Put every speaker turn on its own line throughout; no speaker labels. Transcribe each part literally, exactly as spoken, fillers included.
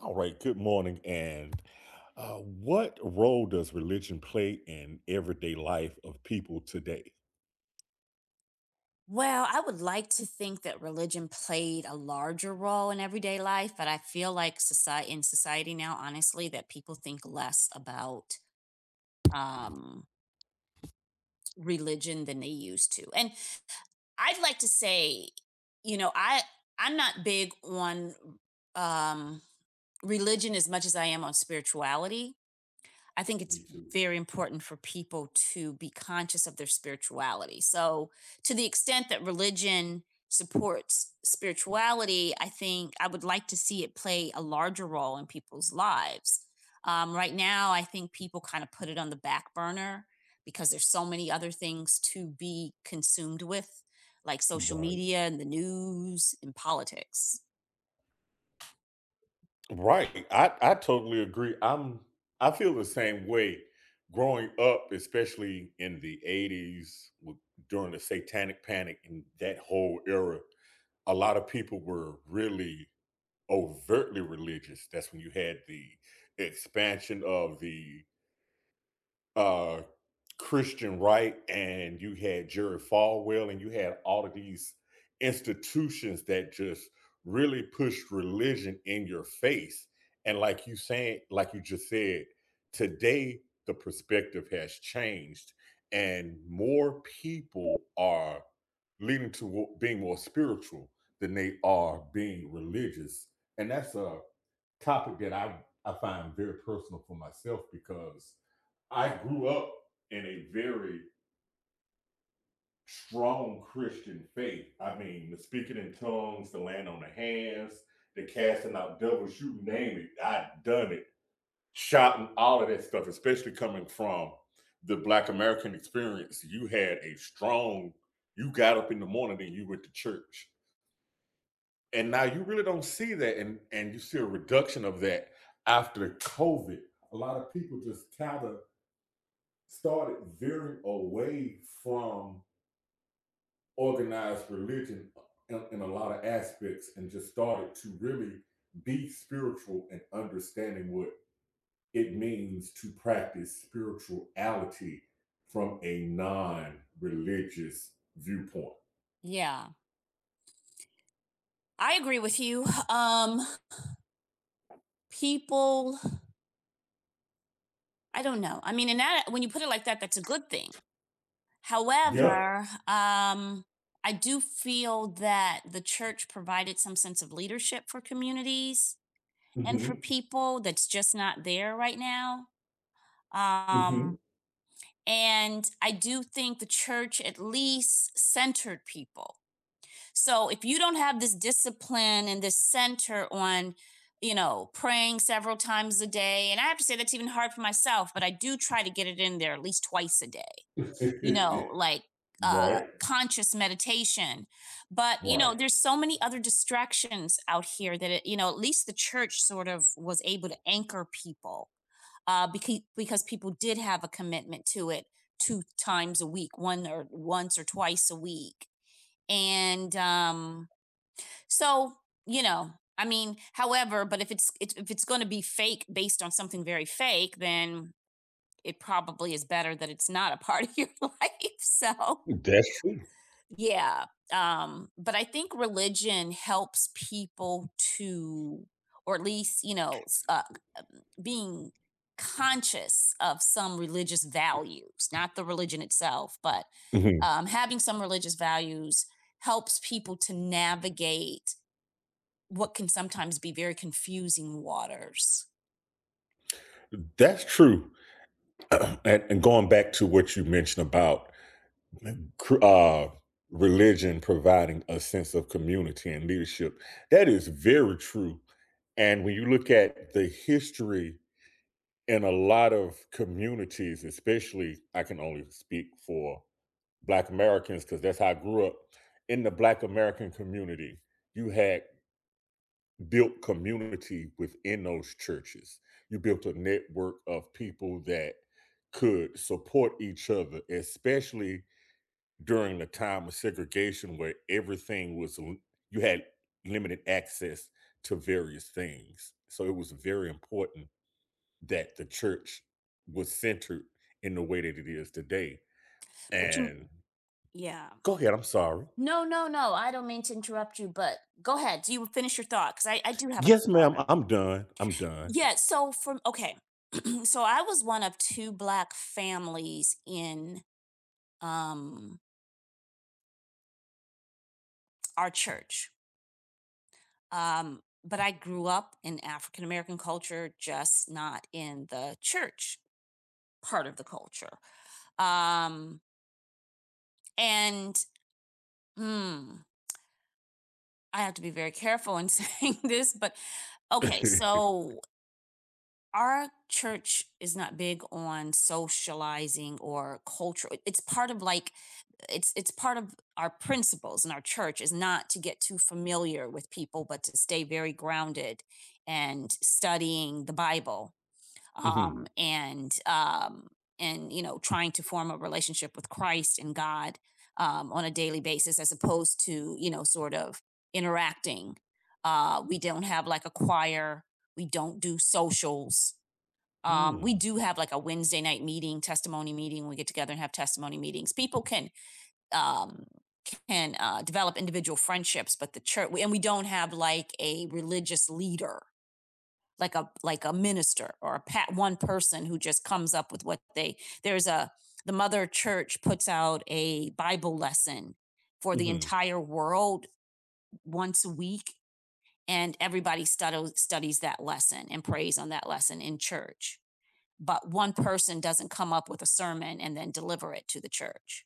All right, good morning. And uh, what role does religion play in everyday life of people today?
Well, I would like to think that religion played a larger role in everyday life, but I feel like society in society now, honestly, that people think less about um, religion than they used to. And I'd like to say, you know, I I'm not big on um, religion as much as I am on spirituality. I think it's
Me too.
very important for people to be conscious of their spirituality. So, to the extent that religion supports spirituality, I think I would like to see it play a larger role in people's lives. Um, right now, I think people kind of put it on the back burner because there's so many other things to be consumed with, like social
Right.
media and the news and politics.
Right. I, I totally agree. I'm I feel the same way growing up, especially in the eighties with, during the satanic panic and that whole era. A lot of people were really overtly religious. That's when you had the expansion of the uh Christian Wright, and you had Jerry Falwell, and you had all of these institutions that just really pushed religion in your face. And like you saying, like you just said, today the perspective has changed and more people are leading to being more spiritual than they are being religious. And that's a topic that I, I find very personal for myself, because I grew up in a very strong Christian faith. I mean, the speaking in tongues, the laying on the hands, the casting out devils, you name it. I done it. Shouting, all of that stuff, especially coming from the Black American experience. You had a strong, you got up in the morning and you went to church. And now you really don't see that. And, and you see a reduction of that after COVID. A lot of people just kind of started veering away from organized religion in, in a lot of aspects, and just started to really be spiritual and understanding what it means to practice spirituality from a non religious viewpoint.
Yeah, I agree with you. Um, people I don't know. I mean, and that when you put it like that, that's a good thing.
Yeah.
However, um, I do feel that the church provided some sense of leadership for communities and for
Mm-hmm.
people that's just not there right now.
Mm-hmm.
Um, and I do think the church at least centered people. So if you don't have this discipline and this center on, you know, praying several times a day, and I have to say that's even hard for myself, but I do try to get it in there at least twice a day, you know, like uh
Right.
conscious meditation. But, you know,
Right.
there's so many other distractions out here that it, you know, at least the church sort of was able to anchor people uh because because people did have a commitment to it two times a week, one or once or twice a week. And um so, you know, I mean, however, but if it's it's- if it's going to be fake based on something very fake, then it probably is better that it's not a part of your life. So,
That's true.
yeah, um, but I think religion helps people to, or at least, you know, s uh, um, being conscious of some religious values, not the religion itself, but,
Mhm.
um, having some religious values helps people to navigate what can sometimes be very confusing waters.
That's true. and, and going back to what you mentioned about uh, religion providing a sense of community and leadership. That is very true. And when you look at the history in a lot of communities, especially, I can only speak for Black Americans because that's how I grew up. In the Black American community, you had built community within those churches. You built a network of people that could support each other, especially during the time of segregation, where everything was you had limited access to various things, so it was very important that the church was centered in the way that it is today
But you
and
Yeah.
go ahead, I'm sorry.
No, no, no, I don't mean to interrupt you, but go ahead, do you finish your thought? Because I I do have a
Yes ma'am,
thought on it.
i'm done i'm done
Yeah, so from okay. So I was one of two black families in, um, our church. Um, but I grew up in African American culture, just not in the church part of the culture. Um, and, mm, I have to be very careful in saying this, but okay,
Hmm.
so our church is not big on socializing or cultural, it's part of like, it's it's part of our principles in our church is not to get too familiar with people but to stay very grounded and studying the bible, um and um and you know, trying to form a relationship with Christ and God um on a daily basis as opposed to, you know, sort of interacting. Uh we don't have like a choir, we don't do socials. Um, we
Mm-hmm.
do have like a Wednesday night meeting, testimony meeting. We get together and have testimony meetings. People can um, can uh, develop individual friendships, but the church, and we don't have like a religious leader, like a like a minister or a pat one person who just comes up with what they. There's a, the mother church puts out a Bible lesson for the entire world once a week, and everybody studies studies that lesson and prays on that lesson in church, but one person doesn't come up with a sermon and then deliver it to the church.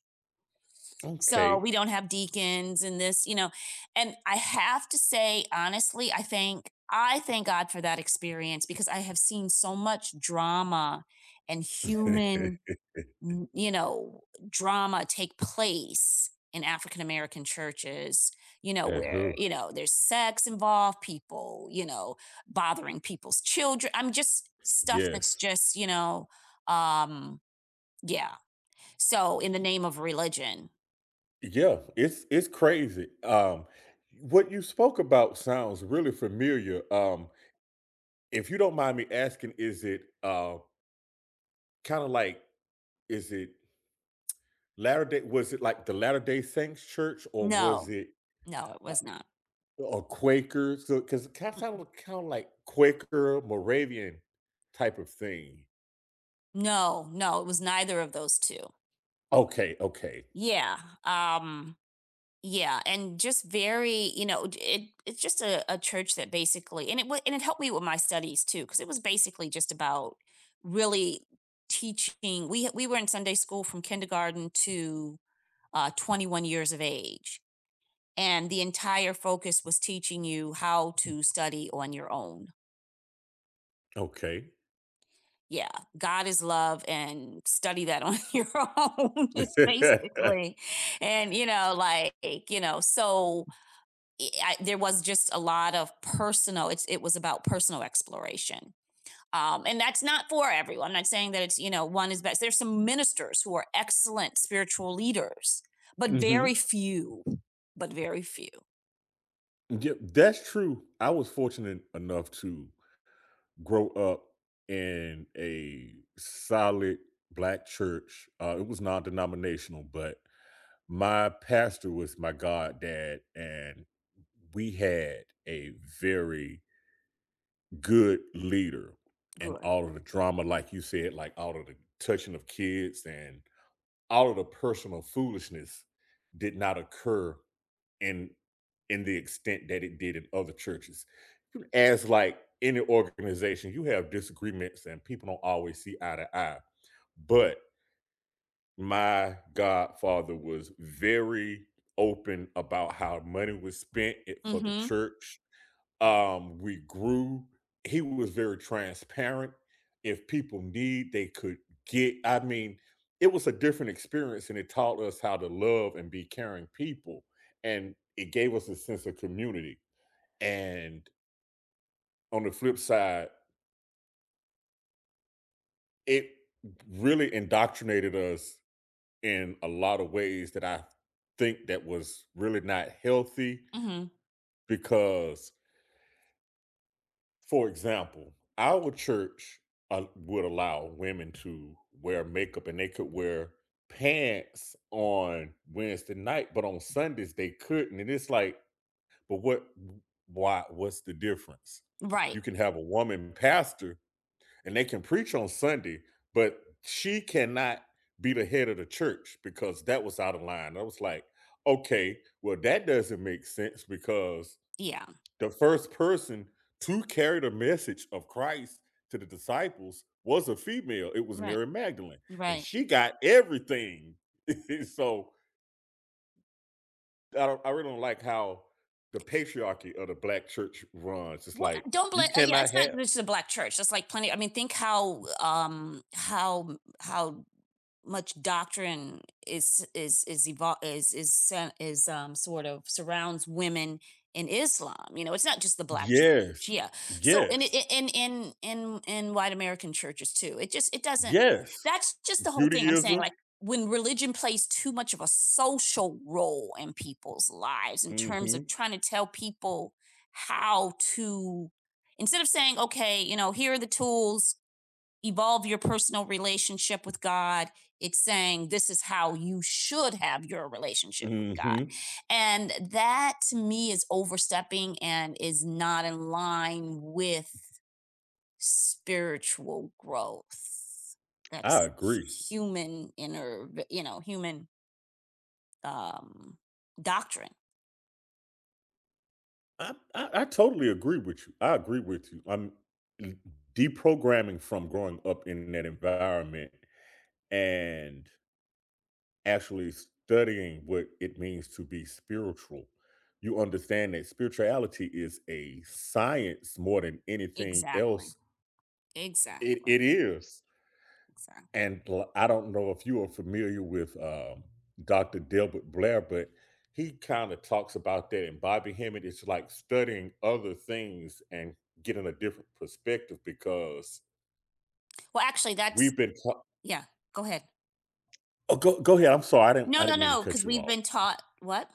So
Okay.
we don't have deacons and this, you know. And I have to say, honestly, I think I thank God for that experience because I have seen so much drama and human, n- you know, drama take place in African American churches, you know, where,
Uh-huh.
you know, there's sex involved, people, you know, bothering people's children. I'm just stuff that's
Yes.
just, you know, um, yeah. So in the name of religion,
Yeah, it's it's crazy. Um, what you spoke about sounds really familiar. Um, if you don't mind me asking, is it uh kind of like is it Latter Day? Was it like the Latter Day Saints Church, or was
no,
it
no, it
a,
was not.
a Quaker? So because it kind of
Mm,
sounded kind of like Quaker Moravian type of thing.
no, no, it was neither of those two.
Okay, okay,
Yeah. Um, Yeah, and just very, you know, d- it it's just a, a church that basically, and it wa- and it helped me with my studies too, because it was basically just about really teaching. We we were in Sunday school from kindergarten to uh, twenty-one years of age, and the entire focus was teaching you how to study on your own.
okay.
Yeah, God is love, and study that on your own is basically, and you know, like, you know, so I, there was just a lot of personal, it's it was about personal exploration. Um, and that's not for everyone, I'm not saying that it's, you know, one is best, there's some ministers who are excellent spiritual leaders, but
Hmm.
very few, but very few.
Yeah, that's true. I was fortunate enough to grow up in a solid black church. Uh, it was non-denominational, but my pastor was my goddad, and we had a very good leader. And
Good.
all of the drama, like you said, like all of the touching of kids and all of the personal foolishness did not occur in in the extent that it did in other churches. As like any organization, you have disagreements and people don't always see eye to eye. But my godfather was very open about how money was spent for the
Mm-hmm.
church um, We grew. He was very transparent. If people need, they could get. I mean, it was a different experience, and it taught us how to love and be caring people. And it gave us a sense of community. And on the flip side, it really indoctrinated us in a lot of ways that I think that was really not healthy,
Mm-hmm.
because for example, our church uh, would allow women to wear makeup and they could wear pants on Wednesday night, but on Sundays they couldn't. And it's like, but what, why, what's the difference?
Right.
You can have a woman pastor and they can preach on Sunday, but she cannot be the head of the church, because that was out of line. I was like, okay, well, that doesn't make sense, because
Yeah.
the first person to carry the message of Christ to the disciples was a female. It was
Right.
Mary Magdalene, and
Right.
she got everything. So I, don't, I really don't like how the patriarchy of the black church runs. It's
Well,
like
don't
you
bla uh, yeah,
cannot
it's not
have.
just a black church, it's like plenty, I mean, think how, um, how how much doctrine is is is evol- is is sen- is um sort of surrounds women in Islam. You know, it's not just the black church.
Yes,
Yeah. So in
yes,
in in in in in white American churches too. It just it doesn't.
yes.
That's just the whole thing. I'm saying,
Judaism.
like, when religion plays too much of a social role in people's lives in terms
Hmm.
of trying to tell people how to, instead of saying, okay, you know, here are the tools, evolve your personal relationship with God. It's saying this is how you should have your relationship with God.
Hmm.
And that to me is overstepping and is not in line with spiritual growth.
I
That's
agree.
human inner, you know, human um doctrine.
I, I I totally agree with you. I agree with you. I'm deprogramming from growing up in that environment, and actually studying what it means to be spiritual. You understand that spirituality is a science more than anything
Exactly.
else. It
Exactly.
it is.
Exactly.
And l I don't know if you are familiar with, um, Doctor Delbert Blair, but he kinda talks about that, and Bobby Hemmett is like studying other things and getting a different perspective because
Well, actually that's
we've been taught.
yeah, go ahead.
Oh, go go ahead, I'm sorry, I didn't
No,
I
no,
didn't mean to
no,
cut
cuz
you
we've
off.
been taught what?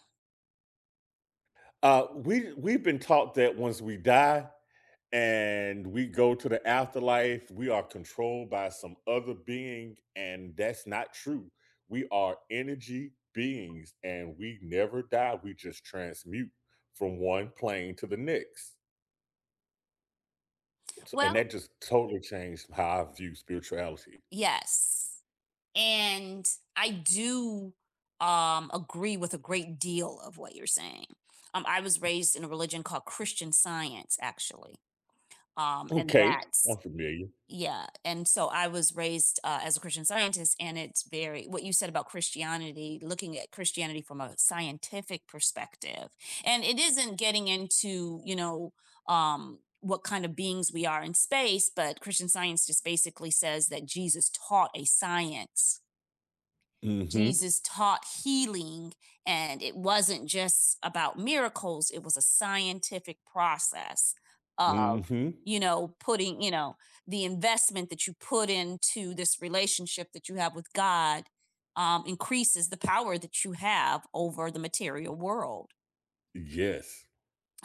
Uh, we we've been taught that once we die, and we go to the afterlife, we are controlled by some other being, and that's not true. We are energy beings and we never die, we just transmute from one plane to the next. So- and
Well,
that just totally changed how I view spirituality.
yes. And I do um agree with a great deal of what you're saying. Um I was raised in a religion called Christian Science, actually. Um and
Okay, I'm
that's,
familiar.
yeah, and so I was raised, uh, as a Christian Scientist, and it's very what you said about Christianity, looking at Christianity from a scientific perspective, and it isn't getting into, you know, um, what kind of beings we are in space, but Christian Science just basically says that Jesus taught a science,
Mm-hmm.
Jesus taught healing, and it wasn't just about miracles, it was a scientific process of,
Mm-hmm.
you know, putting, you know, the investment that you put into this relationship that you have with God um, increases the power that you have over the material world.
Yes.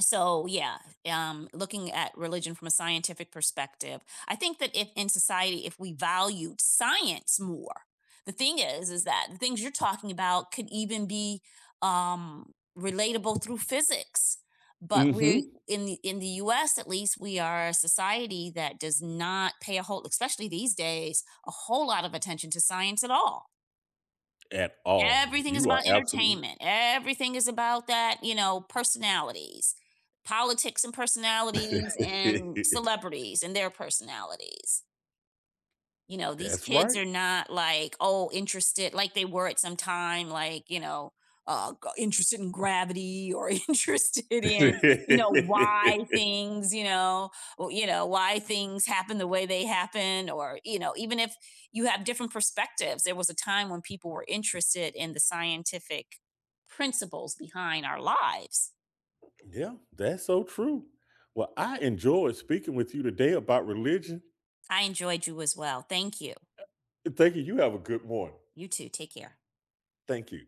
So yeah, um, looking at religion from a scientific perspective, I think that if in society, if we valued science more, the thing is, is that the things you're talking about could even be um, relatable through physics. But we're
Mm-hmm.
in the in the U S, at least we are a society that does not pay a whole, especially these days, a whole lot of attention to science at all.
At all.
Everything is
You are
about
absolutely
entertainment. Everything is about that, you know, personalities, politics and personalities, and celebrities and their personalities. You know, these
that's
kids
right.
are not like, oh, interested like they were at some time, like, you know, uh, g- interested in gravity, or interested in, you know, why things, you know, or, you know, why things happen the way they happen, or, you know, even if you have different perspectives, there was a time when people were interested in the scientific principles behind our lives.
Yeah, that's so true. Well, I enjoyed speaking with you today about religion.
I enjoyed you as well. Thank you.
Thank you. You have a good morning.
You too. Take care.
Thank you.